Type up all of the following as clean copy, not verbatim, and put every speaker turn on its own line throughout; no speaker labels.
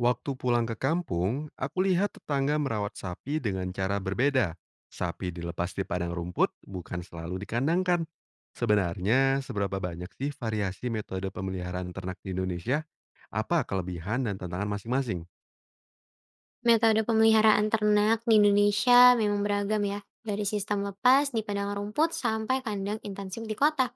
Waktu pulang ke kampung, aku lihat tetangga merawat sapi dengan cara berbeda. Sapi dilepas di padang rumput, bukan selalu dikandangkan. Sebenarnya, seberapa banyak sih variasi metode pemeliharaan ternak di Indonesia? Apa kelebihan dan tantangan masing-masing?
Metode pemeliharaan ternak di Indonesia memang beragam ya, dari sistem lepas di padang rumput sampai kandang intensif di kota.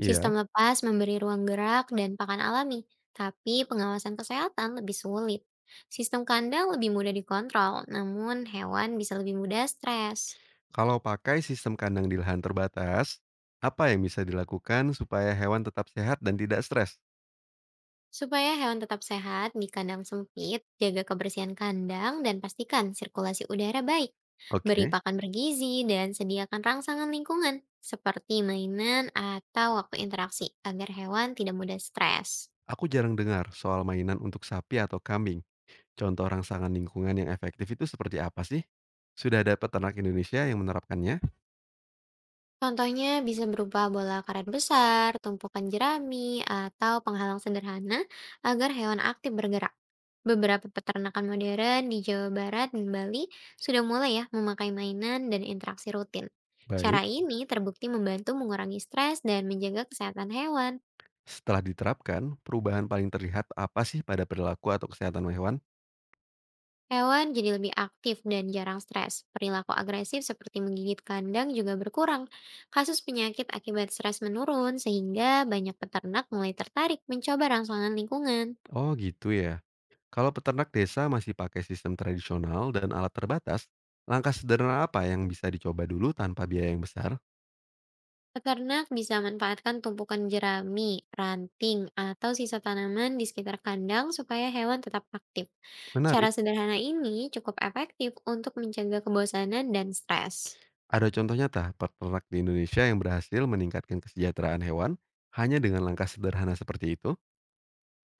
Iya.
Sistem lepas memberi ruang gerak dan pakan alami, tapi pengawasan kesehatan lebih sulit. Sistem kandang lebih mudah dikontrol, namun hewan bisa lebih mudah stres.
Kalau pakai sistem kandang di lahan terbatas, apa yang bisa dilakukan supaya hewan tetap sehat dan tidak stres?
Supaya hewan tetap sehat di kandang sempit, jaga kebersihan kandang dan pastikan sirkulasi udara baik. Beri
Oke.
pakan bergizi dan sediakan rangsangan lingkungan seperti mainan atau waktu interaksi agar hewan tidak mudah stres.
Aku jarang dengar soal mainan untuk sapi atau kambing. Contoh rangsangan lingkungan yang efektif itu seperti apa sih? Sudah ada peternak Indonesia yang menerapkannya?
Contohnya bisa berupa bola karet besar, tumpukan jerami, atau penghalang sederhana agar hewan aktif bergerak. Beberapa peternakan modern di Jawa Barat dan Bali sudah mulai ya memakai mainan dan interaksi rutin. Cara
Baik.
ini terbukti membantu mengurangi stres dan menjaga kesehatan hewan.
Setelah diterapkan, perubahan paling terlihat apa sih pada perilaku atau kesehatan hewan?
Hewan jadi lebih aktif dan jarang stres. Perilaku agresif seperti menggigit kandang juga berkurang. Kasus penyakit akibat stres menurun sehingga banyak peternak mulai tertarik mencoba rangsangan lingkungan.
Oh gitu ya. Kalau peternak desa masih pakai sistem tradisional dan alat terbatas, langkah sederhana apa yang bisa dicoba dulu tanpa biaya yang besar?
Peternak bisa manfaatkan tumpukan jerami, ranting, atau sisa tanaman di sekitar kandang supaya hewan tetap aktif. Cara
Menarik.
sederhana ini cukup efektif untuk mencegah kebosanan dan stres.
Ada contoh nyata peternak di Indonesia yang berhasil meningkatkan kesejahteraan hewan hanya dengan langkah sederhana seperti itu?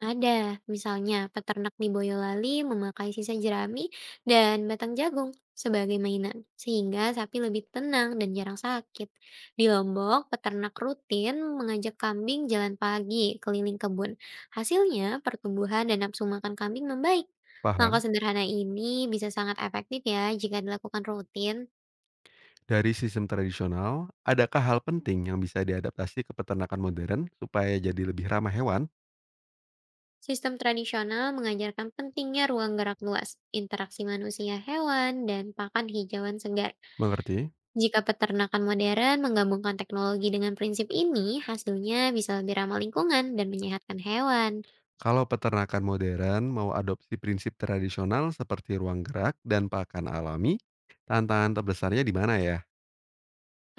Ada, misalnya peternak di Boyolali memakai sisa jerami dan batang jagung sebagai mainan, sehingga sapi lebih tenang dan jarang sakit. Di Lombok, peternak rutin mengajak kambing jalan pagi keliling kebun. Hasilnya, pertumbuhan dan nafsu makan kambing membaik. Langkah
Paham?
sederhana ini bisa sangat efektif ya jika dilakukan rutin.
Dari sistem tradisional, adakah hal penting yang bisa diadaptasi ke peternakan modern supaya jadi lebih ramah hewan?
Sistem tradisional mengajarkan pentingnya ruang gerak luas, interaksi manusia hewan, dan pakan hijauan segar.
Mengerti?
Jika peternakan modern menggabungkan teknologi dengan prinsip ini, hasilnya bisa lebih ramah lingkungan dan menyehatkan hewan.
Kalau peternakan modern mau adopsi prinsip tradisional seperti ruang gerak dan pakan alami, tantangan terbesarnya di mana ya?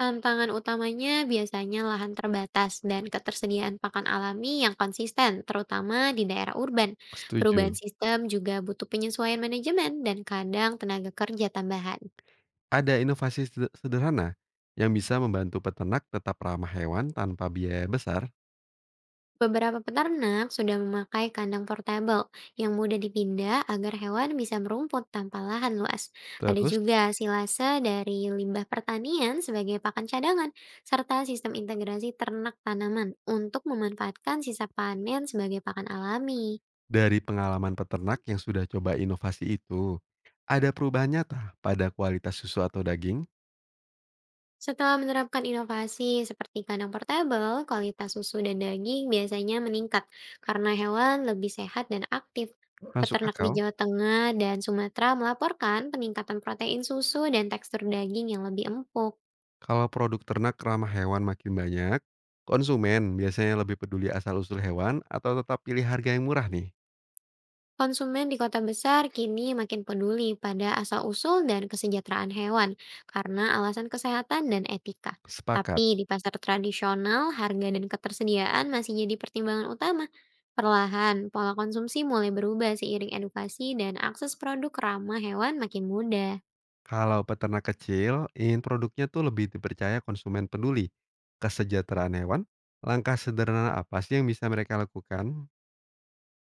Tantangan utamanya biasanya lahan terbatas dan ketersediaan pakan alami yang konsisten, terutama di daerah urban. Perubahan
Setuju.
sistem juga butuh penyesuaian manajemen dan kadang tenaga kerja tambahan.
Ada inovasi sederhana yang bisa membantu peternak tetap ramah hewan tanpa biaya besar.
Beberapa peternak sudah memakai kandang portabel yang mudah dipindah agar hewan bisa merumput tanpa lahan luas. Ada
Terus,
juga silase dari limbah pertanian sebagai pakan cadangan, serta sistem integrasi ternak tanaman untuk memanfaatkan sisa panen sebagai pakan alami.
dari pengalaman peternak yang sudah coba inovasi itu, ada perubahan nyata pada kualitas susu atau daging?
Setelah menerapkan inovasi seperti kandang portabel, kualitas susu dan daging biasanya meningkat karena hewan lebih sehat dan aktif.
Masuk
Peternak di
akal.
Jawa Tengah dan Sumatera melaporkan peningkatan protein susu dan tekstur daging yang lebih empuk.
Kalau produk ternak ramah hewan makin banyak, konsumen biasanya lebih peduli asal-usul hewan atau tetap pilih harga yang murah nih?
Konsumen di kota besar kini makin peduli pada asal-usul dan kesejahteraan hewan karena alasan kesehatan dan etika.
Sepakat.
Tapi di pasar tradisional, harga dan ketersediaan masih jadi pertimbangan utama. Perlahan, pola konsumsi mulai berubah seiring edukasi dan akses produk ramah hewan makin mudah.
Kalau peternak kecil, ingin produknya tuh lebih dipercaya konsumen peduli. Kesejahteraan hewan, langkah sederhana apa sih yang bisa mereka lakukan?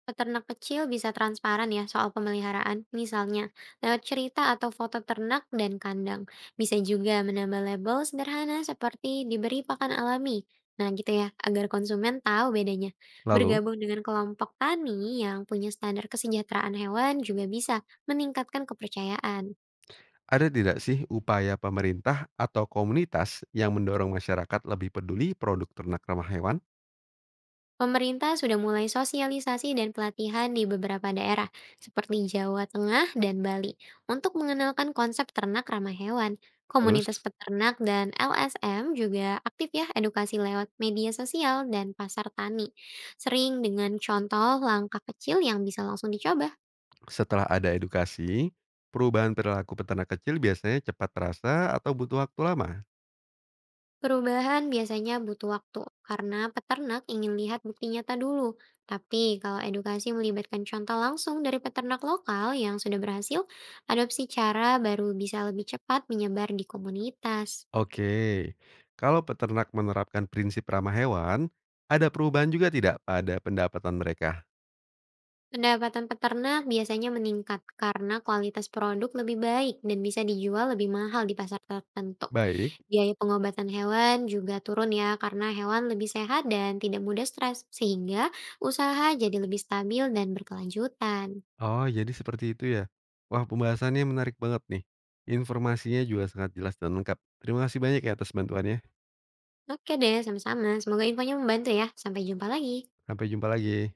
Peternak kecil bisa transparan ya soal pemeliharaan, misalnya lewat cerita atau foto ternak dan kandang. Bisa juga menambah label sederhana seperti diberi pakan alami. Nah gitu ya, agar konsumen tahu bedanya.
Lalu,
Bergabung dengan kelompok tani yang punya standar kesejahteraan hewan juga bisa meningkatkan kepercayaan.
ada tidak sih upaya pemerintah atau komunitas yang mendorong masyarakat lebih peduli produk ternak ramah hewan?
Pemerintah sudah mulai sosialisasi dan pelatihan di beberapa daerah, seperti Jawa Tengah dan Bali, untuk mengenalkan konsep ternak ramah hewan.
Terus,
Komunitas peternak dan LSM juga aktif ya edukasi lewat media sosial dan pasar tani, sering dengan contoh langkah kecil yang bisa langsung dicoba.
setelah ada edukasi, perubahan perilaku peternak kecil biasanya cepat terasa atau butuh waktu lama?
Perubahan biasanya butuh waktu karena peternak ingin lihat bukti nyata dulu. Tapi kalau edukasi melibatkan contoh langsung dari peternak lokal yang sudah berhasil, adopsi cara baru bisa lebih cepat menyebar di komunitas.
Oke, kalau peternak menerapkan prinsip ramah hewan, ada perubahan juga tidak pada pendapatan mereka?
Pendapatan peternak biasanya meningkat karena kualitas produk lebih baik dan bisa dijual lebih mahal di pasar tertentu.
Baik.
Biaya pengobatan hewan juga turun ya karena hewan lebih sehat dan tidak mudah stres, sehingga usaha jadi lebih stabil dan berkelanjutan.
Oh, jadi seperti itu ya. Wah, pembahasannya menarik banget nih. Informasinya juga sangat jelas dan lengkap. Terima kasih banyak ya atas bantuannya.
Oke deh, sama-sama. Semoga infonya membantu ya. Sampai jumpa lagi.
Sampai jumpa lagi.